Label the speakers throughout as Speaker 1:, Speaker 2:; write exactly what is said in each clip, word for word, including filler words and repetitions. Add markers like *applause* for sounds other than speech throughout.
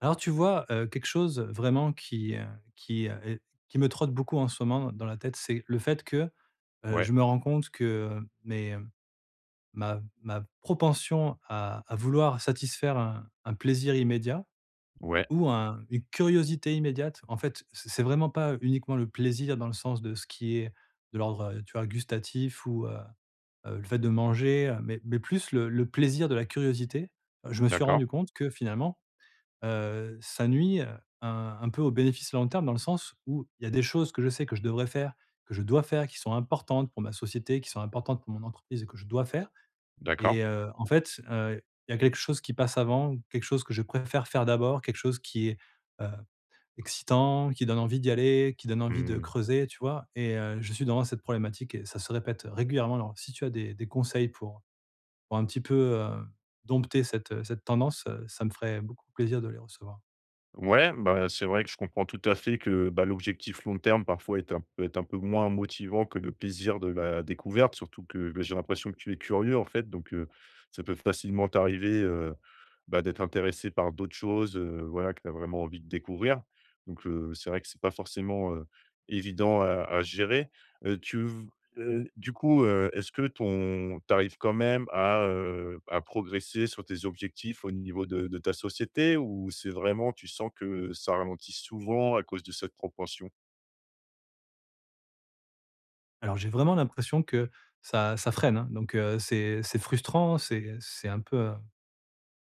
Speaker 1: Alors tu vois, heu, quelque chose vraiment qui, heu, qui, heu, est qui me trotte beaucoup en ce moment dans la tête, c'est le fait que, heu, je
Speaker 2: Ouais,
Speaker 1: me rends compte que euh, mes ma ma propension à à vouloir satisfaire un un plaisir immédiat
Speaker 2: ouais,
Speaker 1: ou un une curiosité immédiate, en fait, c'est c'est vraiment pas uniquement le plaisir dans le sens de ce qui est de l'ordre, heu, tu vois, gustatif ou, heu, heu, le fait de manger, heu, mais mais plus le le plaisir de la curiosité. Je me suis
Speaker 2: d'accord,
Speaker 1: rendu compte que finalement heu, ça nuit, un un peu au bénéfice long terme dans le sens où il y a des choses que je sais que je devrais faire, que je dois faire, qui sont importantes pour ma société, qui sont importantes pour mon entreprise et que je dois faire
Speaker 2: d'accord.
Speaker 1: et heu, en fait, heu, il y a quelque chose qui passe avant, quelque chose que je préfère faire d'abord, quelque chose qui est, heu, excitant, qui donne envie d'y aller, qui donne envie de
Speaker 2: Mmh,
Speaker 1: creuser, tu vois? Et heu, je suis dans cette problématique et ça se répète régulièrement. Alors si tu as des des conseils pour pour un petit peu, heu, dompter cette, cette tendance, heu, ça me ferait beaucoup plaisir de les recevoir.
Speaker 2: ouais, bah, c'est vrai que je comprends tout à fait que, bah, l'objectif long terme parfois est un peut être un peu moins motivant que le plaisir de la découverte, surtout que, bah, j'ai l'impression que tu es curieux, en fait, donc heu, ça peut facilement t'arriver, heu, bah, d'être intéressé par d'autres choses, heu, voilà, que tu as vraiment envie de découvrir, donc heu, c'est vrai que c'est pas forcément, heu, évident à à gérer. Heu, tu Heu, du coup, heu, est-ce que ton t'arrives quand même à, heu, à progresser sur tes objectifs au niveau de de ta société ou c'est vraiment tu sens que ça ralentit souvent à cause de cette propension?
Speaker 1: Alors j'ai vraiment l'impression que ça ça freine, hein, donc heu, c'est c'est frustrant, c'est c'est un peu, heu, un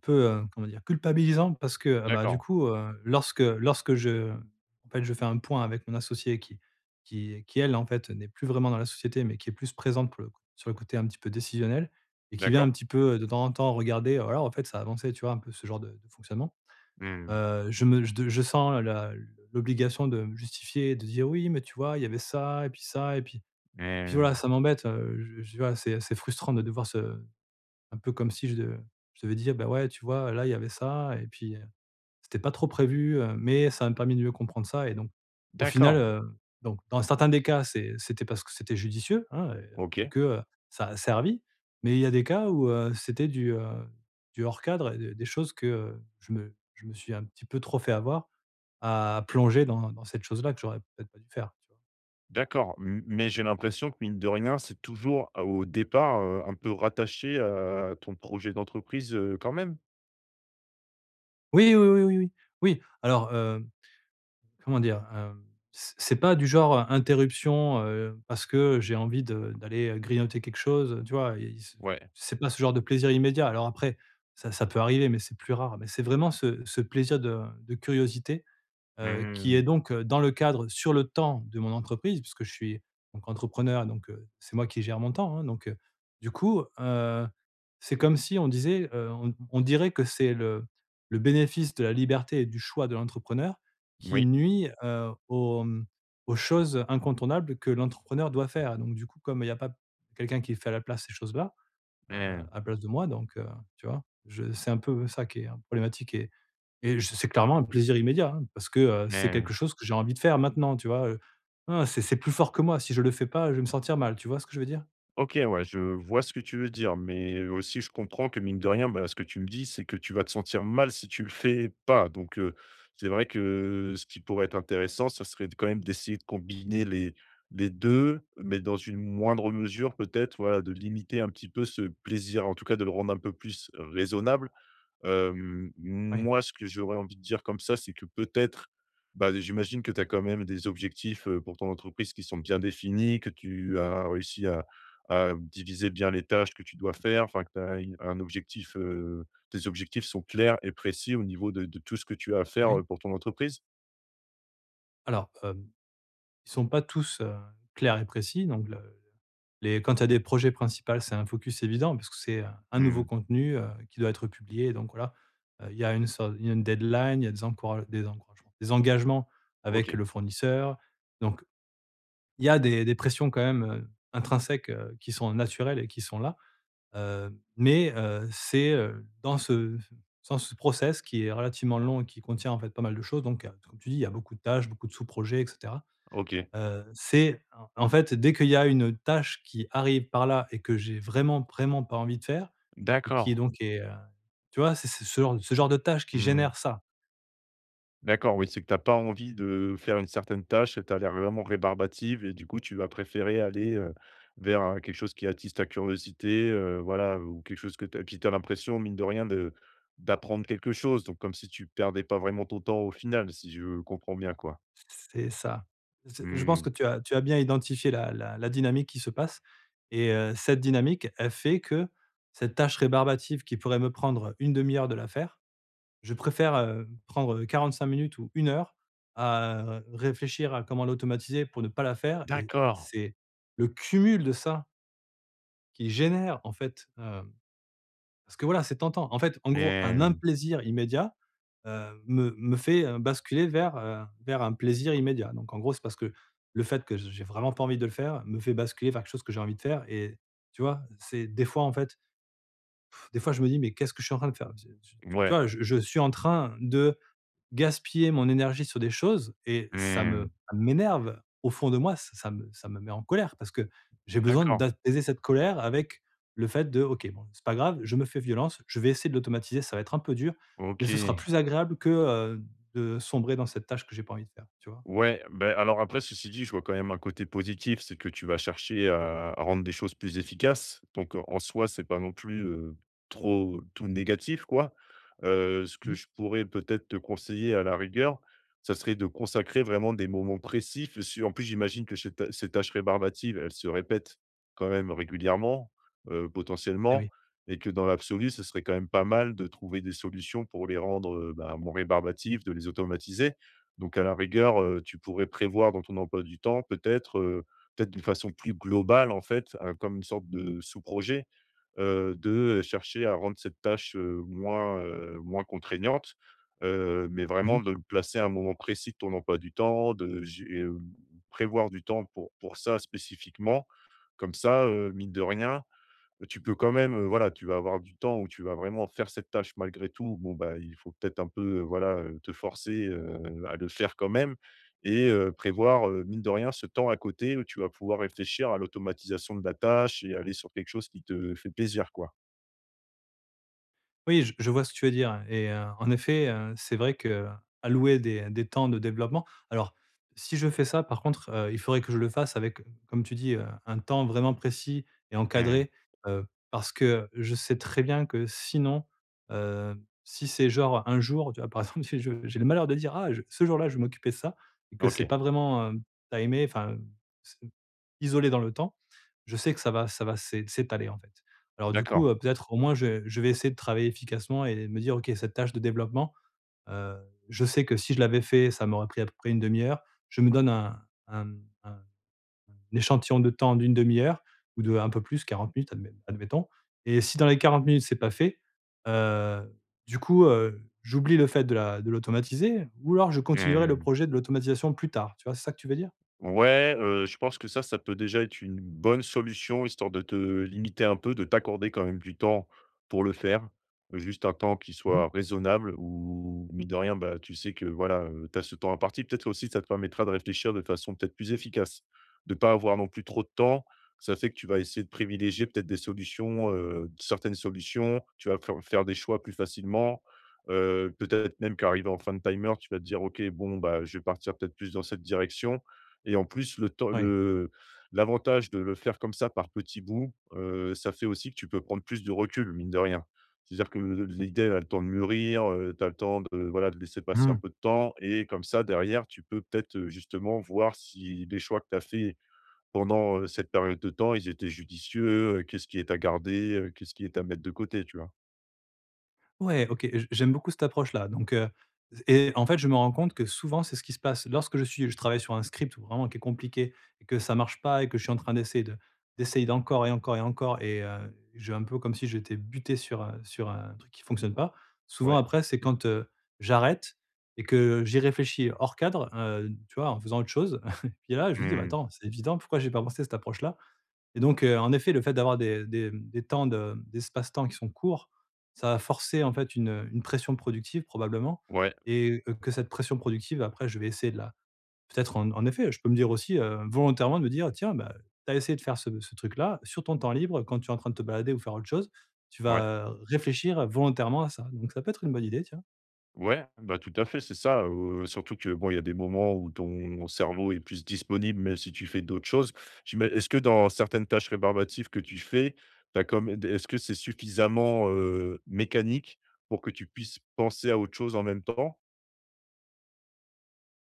Speaker 1: peu, heu, comment dire? Culpabilisant parce que, ah bah, du
Speaker 2: D'accord,
Speaker 1: coup, heu, lorsque lorsque je en fait, je fais un point avec mon associée qui qui qui elle, en fait, n'est plus vraiment dans la société, mais qui est plus présente pour le coup sur le côté un petit peu décisionnel et qui vient un
Speaker 2: d'accord.
Speaker 1: petit peu, heu, de temps en temps regarder, heu, voilà, en fait, ça a avancé, tu vois? Un peu ce genre de de fonctionnement.
Speaker 2: Mmh,
Speaker 1: Heu, je me je de je sens la l'obligation de me justifier, de dire: «Oui, mais tu vois, il y avait ça et puis ça et puis» Puis
Speaker 2: heu,
Speaker 1: voilà, ça m'embête, heu, je je vois, c'est c'est frustrant de devoir se un peu comme si je de je devais dire: «Bah, ouais, tu vois, là, il y avait ça et puis, heu, c'était pas trop prévu, heu, mais ça m'a permis de mieux comprendre ça» et donc au final,
Speaker 2: d'accord,
Speaker 1: heu, donc dans certains des cas, c'est c'était parce que c'était judicieux, hein, et et
Speaker 2: OK,
Speaker 1: que, heu, ça a servi, mais il y a des cas où, heu, c'était du, heu, du hors cadre et des des choses que, heu, je me je me suis un petit peu trop fait avoir à plonger dans dans cette chose-là que j'aurais peut-être pas dû faire, tu vois?
Speaker 2: d'accord. M Mais j'ai l'impression que mine de rien, c'est toujours à au départ, heu, un peu rattaché à ton projet d'entreprise, heu, quand même?
Speaker 1: Oui, oui, oui, oui, oui. Oui, alors, heu comment dire? Hem, c c'est pas du genre, heu, interruption, heu, parce que j'ai envie de d'aller, grignoter quelque chose, tu vois? Et c
Speaker 2: Ouais.
Speaker 1: c'est pas ce genre de plaisir immédiat. Alors après, ça ça peut arriver, mais c'est plus rare. Mais c'est vraiment ce ce plaisir de de curiosité heu, qui
Speaker 2: Mmh,
Speaker 1: est donc, heu, dans le cadre sur le temps de mon entreprise puisque je suis donc entrepreneur, donc heu, c'est moi qui gère mon temps, hein, donc heu, du coup, heu, c'est comme si on disait, heu, on on dirait que c'est le le bénéfice de la liberté et du choix de l'entrepreneur qui
Speaker 2: oui.
Speaker 1: nuit, heu, aux, mmh, aux choses incontournables que l'entrepreneur doit faire, donc du coup, comme il n'y a pas quelqu'un qui fait à la place ces choses-là, heu,
Speaker 2: Mmh,
Speaker 1: à la place de moi, donc heu, tu vois? Je c'est un peu ça qui est, hein, problématique et et je c'est clairement un plaisir immédiat, hein, parce que, heu, c'est
Speaker 2: mmh.
Speaker 1: quelque chose que j'ai envie de faire maintenant, tu vois? Heu, hein, c'est c'est plus fort que moi. Si je le fais pas, je vais me sentir mal. Tu vois ce que je veux dire?
Speaker 2: OK, ouais, je vois ce que tu veux dire, mais aussi je comprends que mine de rien, bah, ce que tu me dis, c'est que tu vas te sentir mal si tu le fais pas. Donc, heu, c'est vrai que ce qui pourrait être intéressant, ça serait quand même d'essayer de combiner les les deux, mais dans une moindre mesure peut-être, voilà, de limiter un petit peu ce plaisir, en tout cas de le rendre un peu plus raisonnable. Hem,
Speaker 1: Oui,
Speaker 2: moi, ce que j'aurais envie de dire comme ça, c'est que peut-être, bah, j'imagine que tu as quand même des objectifs, heu, pour ton entreprise qui sont bien définis, que tu as réussi à à diviser bien les tâches que tu dois faire, enfin que tu as un objectif, heu, tes objectifs sont clairs et précis au niveau de de tout ce que tu as à faire,
Speaker 1: oui.
Speaker 2: heu, pour ton entreprise?
Speaker 1: Alors, hem, ils sont pas tous, heu, clairs et précis, donc le Les quand tu as des projets principaux, c'est un focus évident parce que c'est, heu, un nouveau
Speaker 2: Mmh.
Speaker 1: contenu, heu, qui doit être publié donc voilà, heu, il y a une sorte il y a une deadline, il y a des encoura des encouragements, des engagements avec
Speaker 2: OK,
Speaker 1: le fournisseur. Donc il y a des des pressions quand même, heu, intrinsèques, heu, qui sont naturelles et qui sont là, heu, mais heu, c'est, heu, dans ce dans ce process qui est relativement long et qui contient en fait pas mal de choses donc heu, comme tu dis, il y a beaucoup de tâches, beaucoup de sous-projets et cetera.
Speaker 2: OK.
Speaker 1: Heu, c'est en en fait, dès qu'il y a une tâche qui arrive par là et que j'ai vraiment, vraiment pas envie de faire et qui
Speaker 2: D'accord.
Speaker 1: est donc est, heu, tu vois? C'est c'est ce genre ce genre de tâche qui
Speaker 2: Mmh.
Speaker 1: génère ça.
Speaker 2: D'accord, oui, c'est que tu as pas envie de faire une certaine tâche, tu as l'air vraiment rébarbative et du coup, tu vas préférer aller, heu, vers, heu, quelque chose qui attise ta curiosité, heu, voilà, ou quelque chose que tu as puis tu as l'impression, mine de rien, de d'apprendre quelque chose, donc comme si tu perdais pas vraiment ton temps au final, si je comprends bien, quoi?
Speaker 1: C'est ça. C'est je pense
Speaker 2: Mmh,
Speaker 1: que tu as tu as bien identifié la la la dynamique qui se passe et heu, cette dynamique, elle fait que cette tâche rébarbative qui pourrait me prendre une demi heure de la faire, je préfère, heu, prendre quarante-cinq minutes ou une heure à réfléchir à comment l'automatiser pour ne pas la faire et
Speaker 2: d'accord,
Speaker 1: c'est le cumul de ça qui génère en fait, parce que voilà, c'est tentant. En fait, en gros, un
Speaker 2: mmh,
Speaker 1: implaisir immédiat, heu, me me fait, heu, basculer vers, heu, vers un plaisir immédiat. Donc en gros, c'est parce que le fait que j'ai vraiment pas envie de le faire me fait basculer vers quelque chose que j'ai envie de faire et tu vois? C'est des fois, en fait, pff, des fois, je me dis: «Mais qu'est-ce que je suis en train de faire?» Tu tu
Speaker 2: ouais,
Speaker 1: vois? Je je suis en train de gaspiller mon énergie sur des choses et ça
Speaker 2: mmh,
Speaker 1: me ça m'énerve. Au fond de moi, ç ça me ça me met en colère parce que j'ai besoin
Speaker 2: d'accord,
Speaker 1: d'apaiser cette colère avec le fait de: «OK, bon, c'est pas grave, je me fais violence, je vais essayer de l'automatiser, ça va être un peu dur, mais ce sera
Speaker 2: OK.
Speaker 1: plus agréable que, heu, de sombrer dans cette tâche que j'ai pas envie de faire», tu vois?
Speaker 2: Ouais, ben alors après, ceci dit, je vois quand même un côté positif, c'est que tu vas chercher à à rendre des choses plus efficaces. Donc, en en soi, c'est pas non plus, heu, trop tout négatif, quoi. Heu, ce que
Speaker 1: Oui.
Speaker 2: je pourrais peut-être te conseiller à la rigueur, ça serait de consacrer vraiment des moments précis f en plus, j'imagine que ces ta ces tâches rébarbatives, elles se répètent quand même régulièrement, heu,
Speaker 1: Eh
Speaker 2: potentiellement
Speaker 1: oui.
Speaker 2: et que dans l'absolu, ce serait quand même pas mal de trouver des solutions pour les rendre, heu, bah, moins rébarbatives, de les automatiser. Donc à la rigueur, heu, tu pourrais prévoir dans ton emploi du temps peut-être, heu, peut-être d'une façon plus globale en fait, heu, comme une sorte de sous-projet, heu, de chercher à rendre cette tâche, heu, moins, heu, moins contraignante, heu, mais vraiment de le placer à un moment précis de ton emploi du temps, de gé heu, prévoir du temps pour pour ça spécifiquement. Comme ça, heu, mine de rien, tu peux quand même, heu, voilà, tu vas avoir du temps où tu vas vraiment faire cette tâche malgré tout. Bon, bah, il faut peut-être un peu, heu, voilà, heu, te forcer, heu, à le faire quand même et heu, prévoir, heu, mine de rien, ce temps à côté où tu vas pouvoir réfléchir à l'automatisation de la tâche et aller sur quelque chose qui te fait plaisir, quoi.
Speaker 1: Oui, je je vois ce que tu veux dire et heu, en effet, heu, c'est vrai qu'allouer des des temps de développement alors si je fais ça par contre, heu, il faudrait que je le fasse avec, comme tu dis, heu, un temps vraiment précis et
Speaker 2: Mmh.
Speaker 1: encadré, heu, parce que je sais très bien que sinon, heu, si c'est genre un jour, tu vois? Par *laughs* exemple, si je j'ai le malheur de dire: «Ah je ce jour-là, je vais m'occuper de ça» et que c'est
Speaker 2: OK.
Speaker 1: pas vraiment, heu, timé, enfin, c'est isolé dans le temps, je sais que ça va ça va s'é s'étaler en fait. Alors du
Speaker 2: D'accord.
Speaker 1: coup, heu, peut-être au moins je je vais essayer de travailler efficacement et me dire: «OK, cette tâche de développement, heu, je sais que si je l'avais fait, ça m'aurait pris à peu près une demi heure». Je me donne un un un échantillon de temps d'une demi-heure ou d'un peu plus, quarante minutes admet admettons et si dans les quarante minutes c'est pas fait, heu, du coup, heu, j'oublie le fait de la de l'automatiser ou alors je continuerai le
Speaker 2: Mmh.
Speaker 1: projet de l'automatisation plus tard. Tu vois, c'est ça que tu veux dire?
Speaker 2: Ouais, heu, je pense que ça, ça peut déjà être une bonne solution, histoire de te limiter un peu, de t'accorder quand même du temps pour le faire. Euh, Juste un temps qui
Speaker 1: Mmh mh.
Speaker 2: soit raisonnable. Ou mine de rien, bah, tu sais que voilà, heu, tu as ce temps imparti. Peut-être aussi, ça te permettra de réfléchir de façon peut-être plus efficace. De pas avoir non plus trop de temps. Ça fait que tu vas essayer de privilégier peut-être des solutions, heu, certaines solutions. Tu vas faire faire des choix plus facilement. Heu, peut-être même qu'arrivé en fin de timer, tu vas te dire: «OK, bon, bah, je vais partir peut-être plus dans cette direction». Et en plus, le temps
Speaker 1: Ouais.
Speaker 2: le l'avantage de le faire comme ça par petits bouts, heu, ça fait aussi que tu peux prendre plus de recul, mine de rien. C'est-à-dire que l'idée elle a le temps de mûrir, heu, tu as le temps de, voilà, de laisser passer un
Speaker 1: Mmh.
Speaker 2: peu de temps et comme ça derrière, tu peux peut-être, heu, justement voir si les choix que tu as faits pendant, heu, cette période de temps, ils étaient judicieux, heu, qu'est-ce qui est à garder, heu, qu'est-ce qui est à mettre de côté, tu vois?
Speaker 1: Ouais, OK, j j'aime beaucoup cette approche-là, donc heu et en fait, je me rends compte que souvent, c'est ce qui se passe. Lorsque je suis je travaille sur un script ou vraiment qui est compliqué et que ça marche pas et que je suis en train d'essayer de d'essayer d'encore et encore et encore et heu, j'ai un peu comme si j'étais buté sur, heu, sur un truc qui fonctionne pas. Souvent
Speaker 2: Ouais.
Speaker 1: après, c'est quand, heu, j'arrête et que j'y réfléchis hors cadre, heu, tu vois, en faisant autre chose. *laughs* Et puis là, je me dis: «Bah,
Speaker 2: Mmh.
Speaker 1: attends, c'est évident, pourquoi j'ai pas pensé à cette approche-là?» Et donc, heu, en effet, le fait d'avoir des des des temps de d'espace-temps qui sont courts, ça va forcer en fait une, une pression productive probablement
Speaker 2: Ouais,
Speaker 1: et heu, que cette pression productive après je vais essayer de la peut-être en en effet, je peux me dire aussi, heu, volontairement de me dire: «Tiens, bah, tu as essayé de faire ce ce truc-là, sur ton temps libre, quand tu es en train de te balader ou faire autre chose, tu
Speaker 2: ouais.
Speaker 1: vas euh, réfléchir volontairement à ça». Donc ça peut être une bonne idée, tiens.
Speaker 2: Ouais, bah, tout à fait, c'est ça, heu, surtout que, bon, il y a des moments où ton cerveau est plus disponible, même si tu fais d'autres choses. J'ima Est-ce que dans certaines tâches rébarbatives que tu fais, t'as comme est-ce que c'est suffisamment, heu, mécanique pour que tu puisses penser à autre chose en même temps?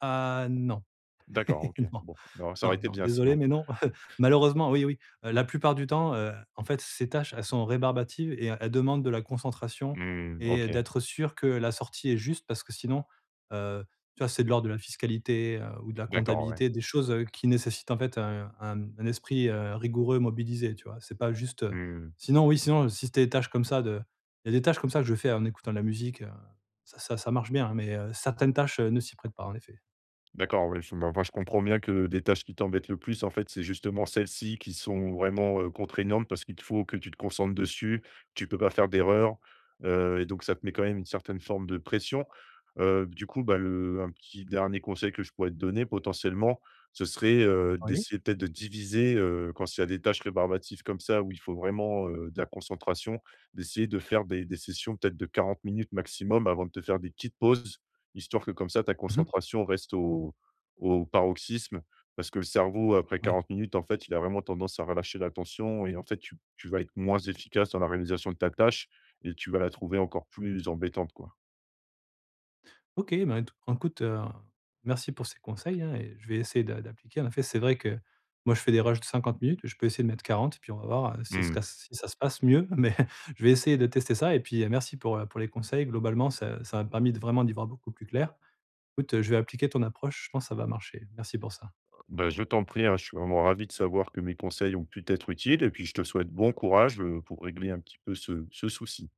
Speaker 1: Ah non,
Speaker 2: D'accord,
Speaker 1: *laughs*
Speaker 2: OK.
Speaker 1: non.
Speaker 2: Bon, non, ça aurait
Speaker 1: Non,
Speaker 2: été
Speaker 1: non,
Speaker 2: bien
Speaker 1: désolé,
Speaker 2: sinon.
Speaker 1: mais non. *laughs* Malheureusement, oui, oui. Heu, la plupart du temps, heu, en fait, ces tâches, elles sont rébarbatives et elles demandent de la concentration
Speaker 2: Mmh,
Speaker 1: et
Speaker 2: OK.
Speaker 1: d'être sûr que la sortie est juste parce que sinon, heu, tu vois, c'est de l'ordre de la fiscalité, heu, ou de la
Speaker 2: D'accord, ouais.
Speaker 1: comptabilité, des choses, heu, qui nécessitent en fait un un un esprit, heu, rigoureux, mobilisé, tu vois? C'est pas juste, heu
Speaker 2: Mmh.
Speaker 1: sinon oui, sinon, si c'était des tâches comme ça de il y a des tâches comme ça que je fais en écoutant de la musique, heu, ça ça ça marche bien, hein, mais heu, certaines tâches, heu, ne s'y prêtent pas en effet.
Speaker 2: D'accord, oui, je, bah, enfin, je comprends bien que des tâches qui t'embêtent le plus, en fait, c'est justement celles-ci qui sont vraiment euh, contraignantes parce qu'il te faut que tu te concentres dessus, tu peux pas faire d'erreur, euh, et donc ça te met quand même une certaine forme de pression. Euh, du coup, bah, le, un petit dernier conseil que je pourrais te donner potentiellement, ce serait euh,
Speaker 1: Oui.
Speaker 2: d'essayer peut-être de diviser euh, quand il y a des tâches rébarbatives comme ça où il faut vraiment euh, de la concentration, d'essayer de faire des, des sessions peut-être de quarante minutes maximum avant de te faire des petites pauses histoire que comme ça ta
Speaker 1: Mmh
Speaker 2: concentration reste au au paroxysme. Parce que le cerveau après
Speaker 1: Oui.
Speaker 2: quarante minutes, en fait, il a vraiment tendance à relâcher l'attention et en fait, tu tu vas être moins efficace dans la réalisation de ta tâche et tu vas la trouver encore plus embêtante, quoi.
Speaker 1: OK, ben, éc écoute, heu, merci pour ces conseils, hein, et je vais essayer d'a d'appliquer. En effet, c'est vrai que moi, je fais des rushs de cinquante minutes, je peux essayer de mettre quarante, puis on va voir, heu, si ce
Speaker 2: Mmh.
Speaker 1: cas si ça se passe mieux, *laughs* mais je vais essayer de tester ça et puis, heu, merci pour, heu, pour les conseils. Globalement, ça ça m'a permis de vraiment d'y voir beaucoup plus clair. Écoute, euh, je vais appliquer ton approche, je pense que ça va marcher. Merci pour ça.
Speaker 2: Bah, je t'en prie, hein, je suis vraiment ravi de savoir que mes conseils ont pu être utiles et puis je te souhaite bon courage, heu, pour régler un petit peu ce ce souci.